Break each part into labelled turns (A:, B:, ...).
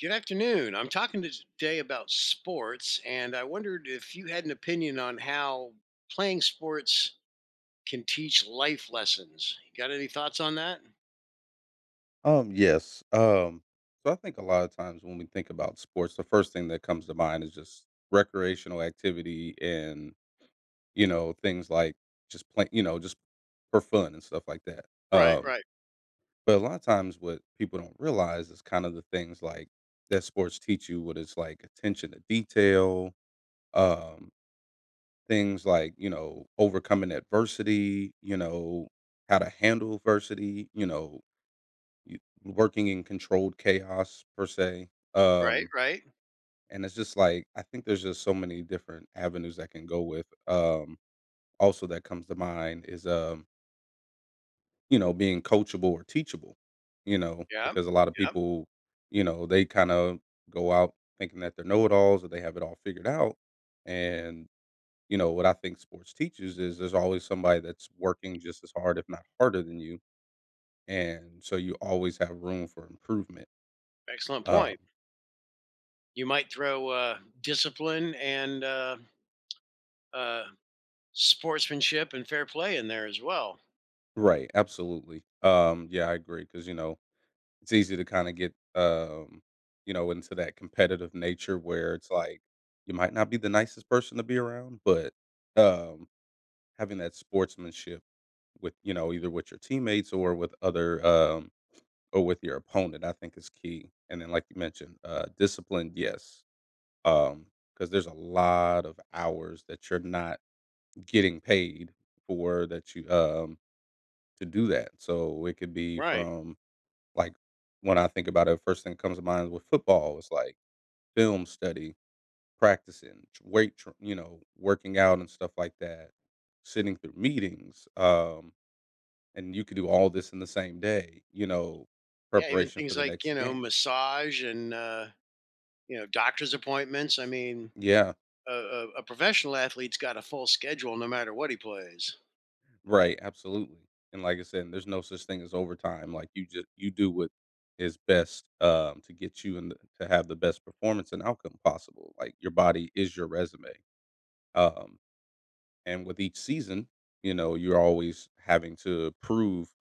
A: Good afternoon. I'm talking to today about sports, and I wondered if you had an opinion on how playing sports can teach life lessons. You got any thoughts on that?
B: Yes. So I think a lot of times when we think about sports, the first thing that comes to mind is just recreational activity and, things like just playing, just for fun and stuff like that.
A: Right,
B: Um,
A: right,
B: but a lot of times what people don't realize is kind of the things like that sports teach you. What is like attention to detail, um, things like, overcoming adversity, how to handle adversity, working in controlled chaos per se.
A: right, right.
B: And it's just like I think there's just so many different avenues that can go with. Also, that comes to mind is being coachable or teachable.
A: Yeah,
B: Because a lot of
A: yeah.
B: people, they kind of go out thinking that they're know-it-alls or they have it all figured out. And you know what I think sports teaches is there's always somebody that's working just as hard, if not harder, than you, and so you always have room for improvement.
A: Excellent
B: Um,
A: point. You might throw discipline and uh, sportsmanship and fair play in there as well.
B: Right, absolutely. Yeah, I agree, because it's easy to kind of get into that competitive nature where it's like you might not be the nicest person to be around, but um, having that sportsmanship with either with your teammates or with other or with your opponent, I think is key. And then, like you mentioned, discipline, yes, um, because there's a lot of hours that you're not getting paid for that you to do that. So it could be
A: Right.
B: from. Like, when I think about it, first thing that comes to mind with football is, like, film study, practicing, tr weight tr working out and stuff like that, sitting through meetings, and you could do all this in the same day,
A: Yeah, even
B: preparation for
A: things
B: the
A: like,
B: next
A: you know,
B: game.
A: massage and, you know, doctor's appointments. I mean,
B: Yeah,
A: a professional athlete's got a full schedule no matter what he plays.
B: right, absolutely, and like I said, there's no such thing as overtime. Like, you just, you do what is best, to get you and to have the best performance and outcome possible. Like, your body is your resume, um and with each season, you're always having to prove,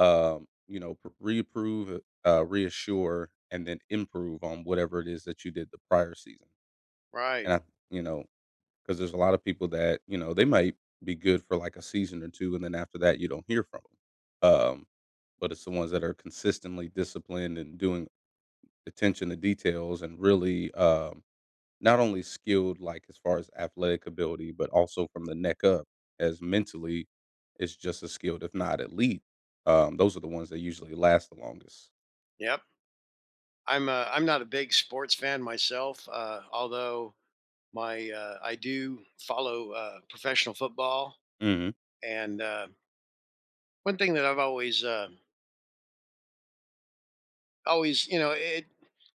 B: reapprove, reassure, and then improve on whatever it is that you did the prior season. And
A: Right.
B: I, you know, because there's a lot of people that they might be good for like a season or two, and then after that you don't hear from them. But it's the ones that are consistently disciplined and doing attention to details and really not only skilled, like, as far as athletic ability, but also from the neck up, as mentally is just as skilled, if not elite. Those are the ones that usually last the longest.
A: Yep. I'm not a big sports fan myself, although my I do follow professional football.
B: Mhm.
A: And one thing that I've always always you know it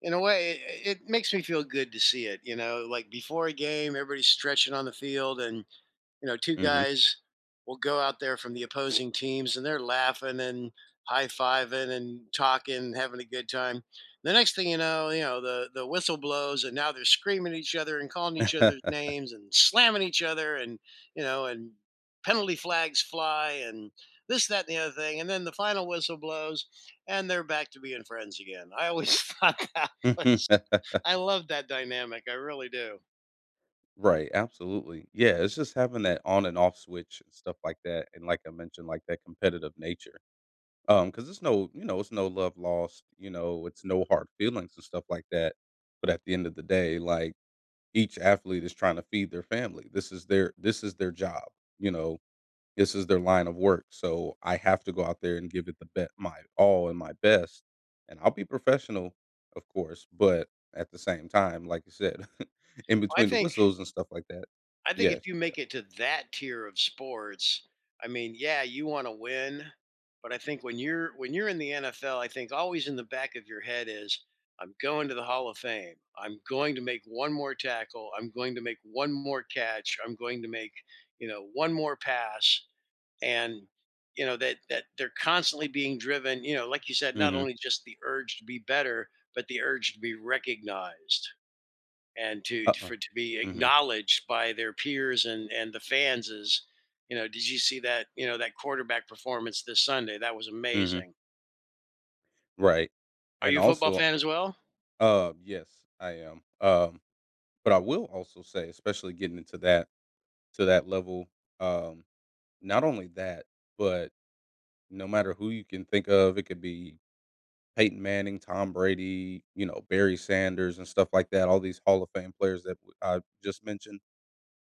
A: in a way it, it makes me feel good to see it. You know, like before a game, everybody's stretching on the field and you know, two
B: Mhm.
A: guys will go out there from the opposing teams and they're laughing and high fiving and talking, having a good time. The next thing you know, the whistle blows and now they're screaming at each other and calling each other's names and slamming each other and you know and penalty flags fly and this, that, and the other thing. And then the final whistle blows and they're back to being friends again. I always thought that was I love that dynamic. I really do.
B: Right, absolutely. Yeah, it's just having that on and off switch and stuff like that, and like I mentioned, like, that competitive nature. Because it's no love lost, it's no hard feelings and stuff like that, but at the end of the day, like, each athlete is trying to feed their family. This is their job, you know. This is their line of work, so I have to go out there and give it the bet my all and my best, and I'll be professional, of course, but at the same time, like you said, in
A: I
B: between the
A: think
B: whistles and stuff like that.
A: I think
B: Yeah,
A: if you
B: yeah.
A: make it to that tier of sports, I mean, yeah, you want to win, but I think when you're in the NFL, I think always in the back of your head is I'm going to the Hall of Fame. I'm going to make one more tackle. I'm going to make one more catch. I'm going to make, you know, one more pass and you know that they're constantly being driven, you know, like you said, not
B: Mhm.
A: only just the urge to be better, but the urge to be recognized and to
B: Uh-uh.
A: for to be
B: Mhm.
A: acknowledged by their peers and the fans is, you know, did you see that, you know, that quarterback performance this Sunday? That was
B: Mhm.
A: amazing.
B: Right.
A: Are
B: And
A: you a football
B: also,
A: fan as well?
B: yes, I am. But I will also say, especially getting into that level, um, not only that, but no matter who you can think of, it could be Peyton Manning, Tom Brady, you know, Barry Sanders and stuff like that, all these Hall of Fame players that I just mentioned.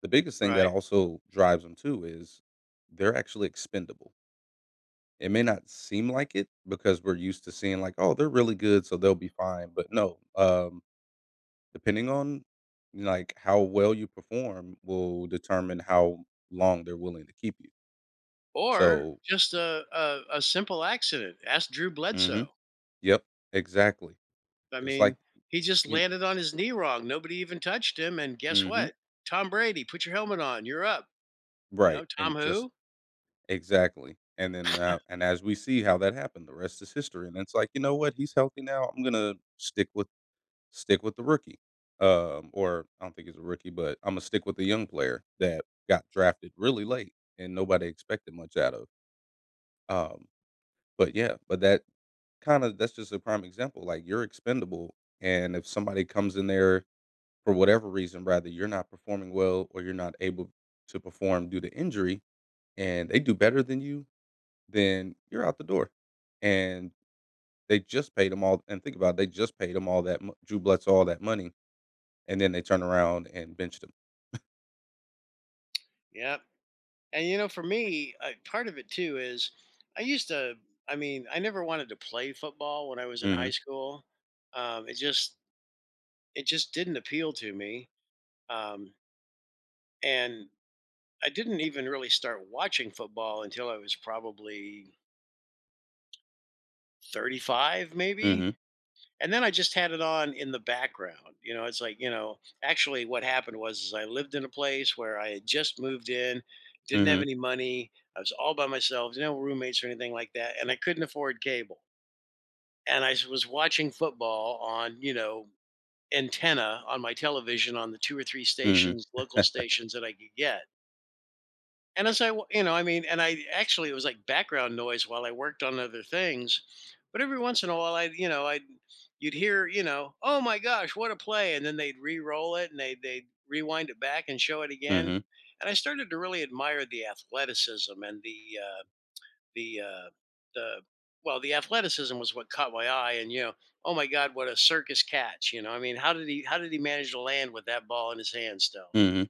B: The biggest thing that
A: Right.
B: also drives them too is they're actually expendable. It may not seem like it because we're used to seeing like, oh, they're really good, so they'll be fine. But no, depending on like how well you perform will determine how long they're willing to keep you.
A: Or
B: So,
A: just a simple accident. Ask Drew
B: hmm
A: Bledsoe.
B: yep, exactly.
A: I
B: Just like
A: mean, he just
B: you
A: landed on his knee wrong. Nobody even touched him. And guess
B: mhm,
A: what? Tom Brady, put your helmet on. You're up. You
B: right,
A: know, Tom
B: and just
A: who?
B: exactly, and then, and as we see how that happened, the rest is history, and it's like, "You know what? He's healthy now, I'm gonna stick with the rookie." Or I don't think he's a rookie, but Imma stick with the young player that got drafted really late and nobody expected much out of. Um, but yeah, but that's just a prime example, like, you're expendable, and if somebody comes in there for whatever reason, rather you're not performing well or you're not able to perform due to injury, and they do better than you, then you're out the door. And they just paid them all. And think about it, they just paid them all that Drew Bledsoe all that money, and then they turn around and benched him.
A: Yeah. And you know, for me, part of it too is I used to. I mean, I never wanted to play football when I was in
B: Mm-hmm.
A: high school. It just it just didn't appeal to me, um, and I didn't even really start watching football until I was probably 35, maybe.
B: Mm-hmm.
A: And then I just had it on in the background. You know, it's like, you know, actually what happened was is I lived in a place where I had just moved in, didn't have
B: Mm-hmm.
A: any money. I was all by myself, no roommates or anything like that, and I couldn't afford cable. And I was watching football on, you know, antenna on my television on the two or three
B: Mm-hmm.
A: stations, local stations that I could get. And as you know, I mean, and I actually it was like background noise while I worked on other things. But every once in a while, would you know, would you'd hear, you know, oh my gosh, what a play, and then they'd re-roll it and they would rewind it back and show it again.
B: Mm-hmm.
A: And I started to really admire the athleticism and the uh, the well, the athleticism was what caught my eye. And you know, oh my God, what a circus catch! You know, I mean, how did he manage to land with that ball in his hand still?
B: Mm-hmm.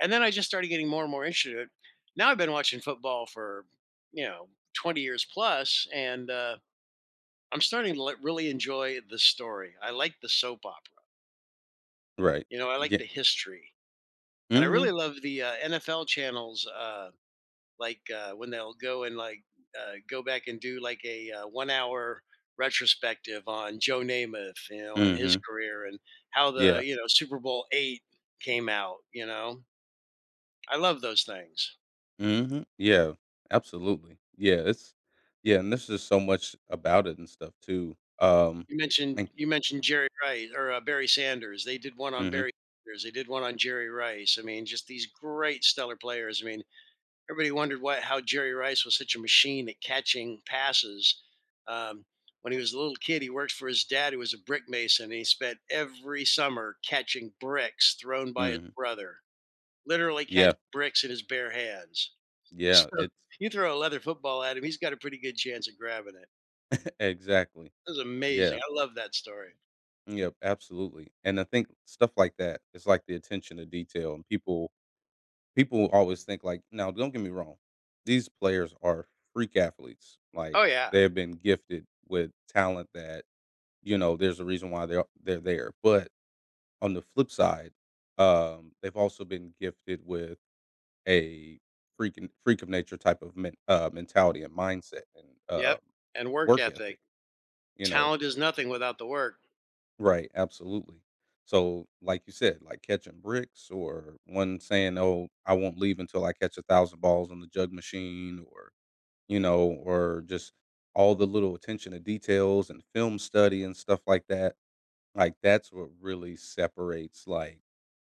A: And then I just started getting more and more interested in it. Now I've been watching football for, you know, 20 years plus, and I'm starting to really enjoy the story. I like the soap opera.
B: Right.
A: You know, I like
B: Yeah.
A: the history. And I really
B: Mm-hmm.
A: love the NFL channels, like when they'll go and go back and do like a 1 hour retrospective on Joe Namath, you know, and his
B: Mm-hmm.
A: career and how the,
B: Yeah.
A: you know, Super Bowl VIII came out, you know. I love those things.
B: Mm-hmm. Yeah. Absolutely. Yeah. It's Yeah, and there's just so much about it and stuff too.
A: You
B: And,
A: mentioned you mentioned Jerry Rice or, Barry Sanders. They did one on
B: mm-hmm.
A: Barry Sanders, they did one on Jerry Rice. I mean, just these great stellar players. I mean, everybody wondered what how Jerry Rice was such a machine at catching passes. Um, when he was a little kid, he worked for his dad, who was a brick mason, and he spent every summer catching bricks thrown by his
B: Mm-hmm.
A: brother. Literally
B: Yeah.
A: catching bricks in his bare hands.
B: Yeah. It's
A: So you throw a leather football at him, he's got a pretty good chance of grabbing it.
B: exactly.
A: It was
B: Yeah.
A: amazing. I love that story.
B: Yep, absolutely, and I think stuff like that is like the attention to detail, and people always think like now, don't get me wrong, these players are freak athletes. Like,
A: Oh yeah.
B: they have been gifted with talent that there's a reason why they're there. But on the flip side, they've also been gifted with a freak of nature type of mentality and mindset and
A: Yep, and work
B: work ethic.
A: ethic.
B: You know,
A: Talent is nothing without the work.
B: Right, absolutely. So, like you said, like catching bricks, or one saying, "Oh, I won't leave until I catch 1,000 balls on the jug machine," or or just all the little attention to details and film study and stuff like that. Like, that's what really separates, like,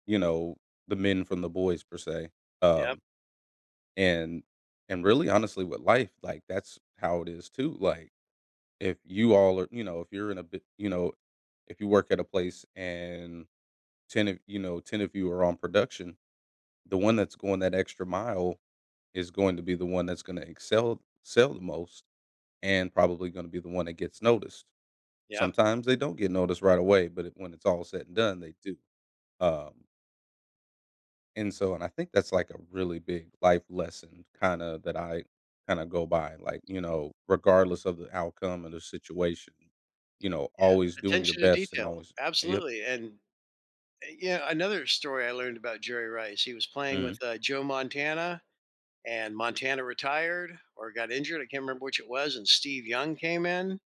B: you know, the men from the boys per se.
A: Yep,
B: Um, and and really, honestly, with life, like, that's how it is too. Like, if you all are, if you're in a bit, if you work at a place and 10 of you are on production, the one that's going that extra mile is going to be the one that's going to excel sell the most, and probably going to be the one that gets noticed.
A: yep,
B: Sometimes they don't get noticed right away, but it, when it's all said and done, they do. um, and so, and I think that's like a really big life lesson kind of that I kind of go by, like, regardless of the outcome of the situation,
A: yeah.
B: always doing your
A: Attention to
B: best and
A: detail,
B: always yep.
A: absolutely, and, yeah, another story I learned about Jerry Rice, he was playing
B: Mm,
A: with, Joe Montana, and Montana retired or got injured, I can't remember which it was, and Steve Young came in.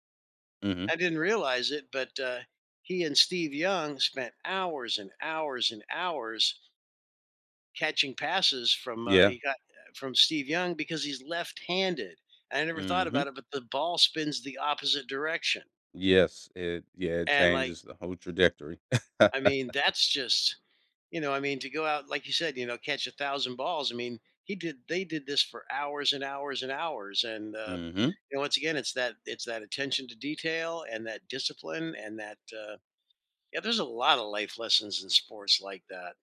B: mm-hmm.
A: I didn't realize it, but, he and Steve Young spent hours and hours and hours catching passes from,
B: Yeah.
A: he got from Steve Young because he's left-handed. I never thought
B: Mm-hmm.
A: about it, but the ball spins the opposite direction,
B: Yes, it yeah, it
A: and, like,
B: changes the whole trajectory.
A: I mean, that's just you know, I mean, to go out, like you said, you know, catch 1,000 balls, I mean, he did they did this for hours and hours and hours, and,
B: Hmm.
A: you know, once again, it's that attention to detail and that discipline and that, yeah, there's a lot of life lessons in sports like that.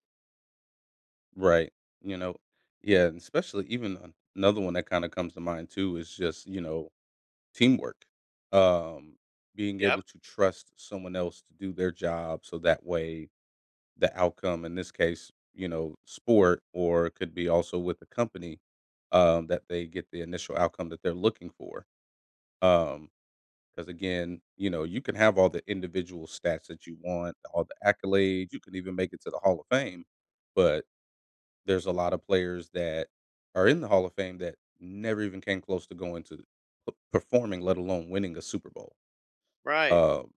B: Right. You know, yeah, and especially even another one that kind of comes to mind too is just, teamwork. Um, being able
A: Yep,
B: to trust someone else to do their job so that way the outcome in this case, sport, or it could be also with the company that they get the initial outcome that they're looking for. Um Because again, you can have all the individual stats that you want, all the accolades, you can even make it to the Hall of Fame, but there's a lot of players that are in the Hall of Fame that never even came close to going to performing, let alone winning a Super Bowl.
A: right,
B: Um,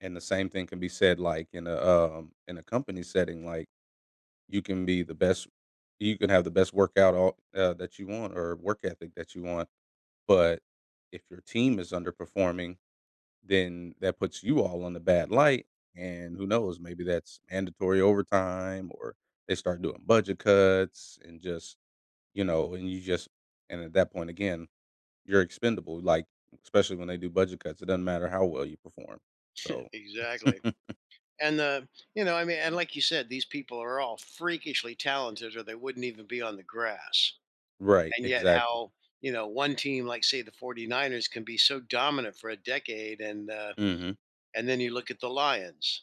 B: and the same thing can be said like in a company setting, like, you can be the best, you can have the best workout all, that you want, or work ethic that you want, but if your team is underperforming, then that puts you all on the bad light, and who knows, maybe that's mandatory overtime, or they start doing budget cuts and just, and you just and at that point again, you're expendable, like, especially when they do budget cuts, it doesn't matter how well you perform. So.
A: exactly. And the, you know, I mean, and like you said, these people are all freakishly talented or they wouldn't even be on the grass.
B: Right,
A: And yet,
B: exactly.
A: how, you know, one team like, say, the 49ers can be so dominant for a decade.
B: Mhm.
A: And then you look at the Lions.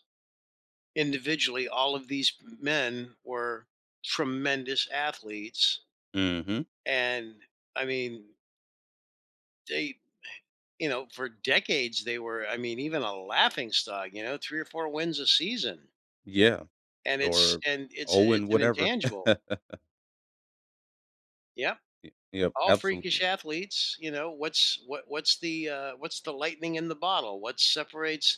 A: Individually, all of these men were tremendous athletes.
B: Mhm.
A: And I mean, they, you know, for decades, they were, I mean, even a laughing stock, you know, three or four wins a season.
B: Yeah,
A: And
B: or Owen
A: it's an
B: whatever.
A: intangible. Yeah.
B: Y Yep,
A: All freakish
B: absolutely.
A: athletes, you know, what's the lightning in the bottle? What separates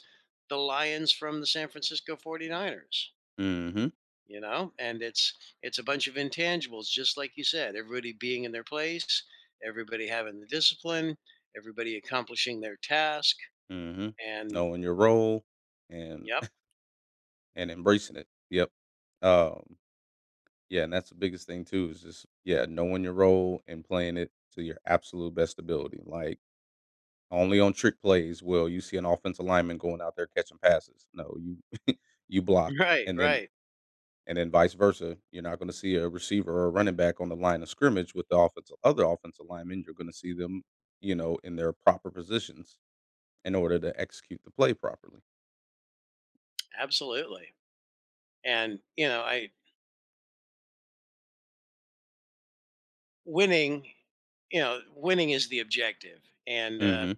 A: the Lions from the San Francisco 49ers,
B: Mhm.
A: you know? And it's a bunch of intangibles, just like you said, everybody being in their place, everybody having the discipline, everybody accomplishing their task.
B: Mhm.
A: And
B: Knowing your role and
A: yep
B: and embracing it. Yep. Um Yeah, and that's the biggest thing too is just yeah, knowing your role and playing it to your absolute best ability. Like, only on trick plays will you see an offensive lineman going out there catching passes. No, you you block,
A: right,
B: and then
A: right,
B: and then vice versa. You're not going to see a receiver or a running back on the line of scrimmage with the offensive other offensive lineman. You're going to see them, in their proper positions in order to execute the play properly.
A: absolutely. And you know I winning, you know, winning is the objective, and uh
B: Mhm.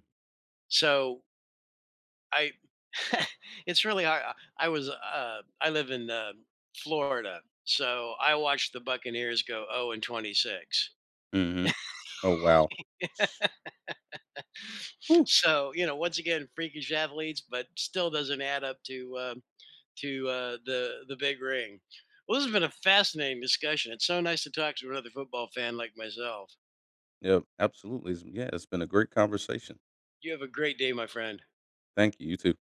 A: so I it's really hard. I was, I live in, Florida, so I watched the Buccaneers go 0-26.
B: Mhm. Oh, wow. S- Whew.
A: So, you know, once again, freakish athletes, but still doesn't add up to, the big ring. Well, this has been a fascinating discussion. It's so nice to talk to another football fan like myself.
B: Yeah, absolutely. Yeah, it's been a great conversation.
A: You have a great day, my friend.
B: Thank you. You too.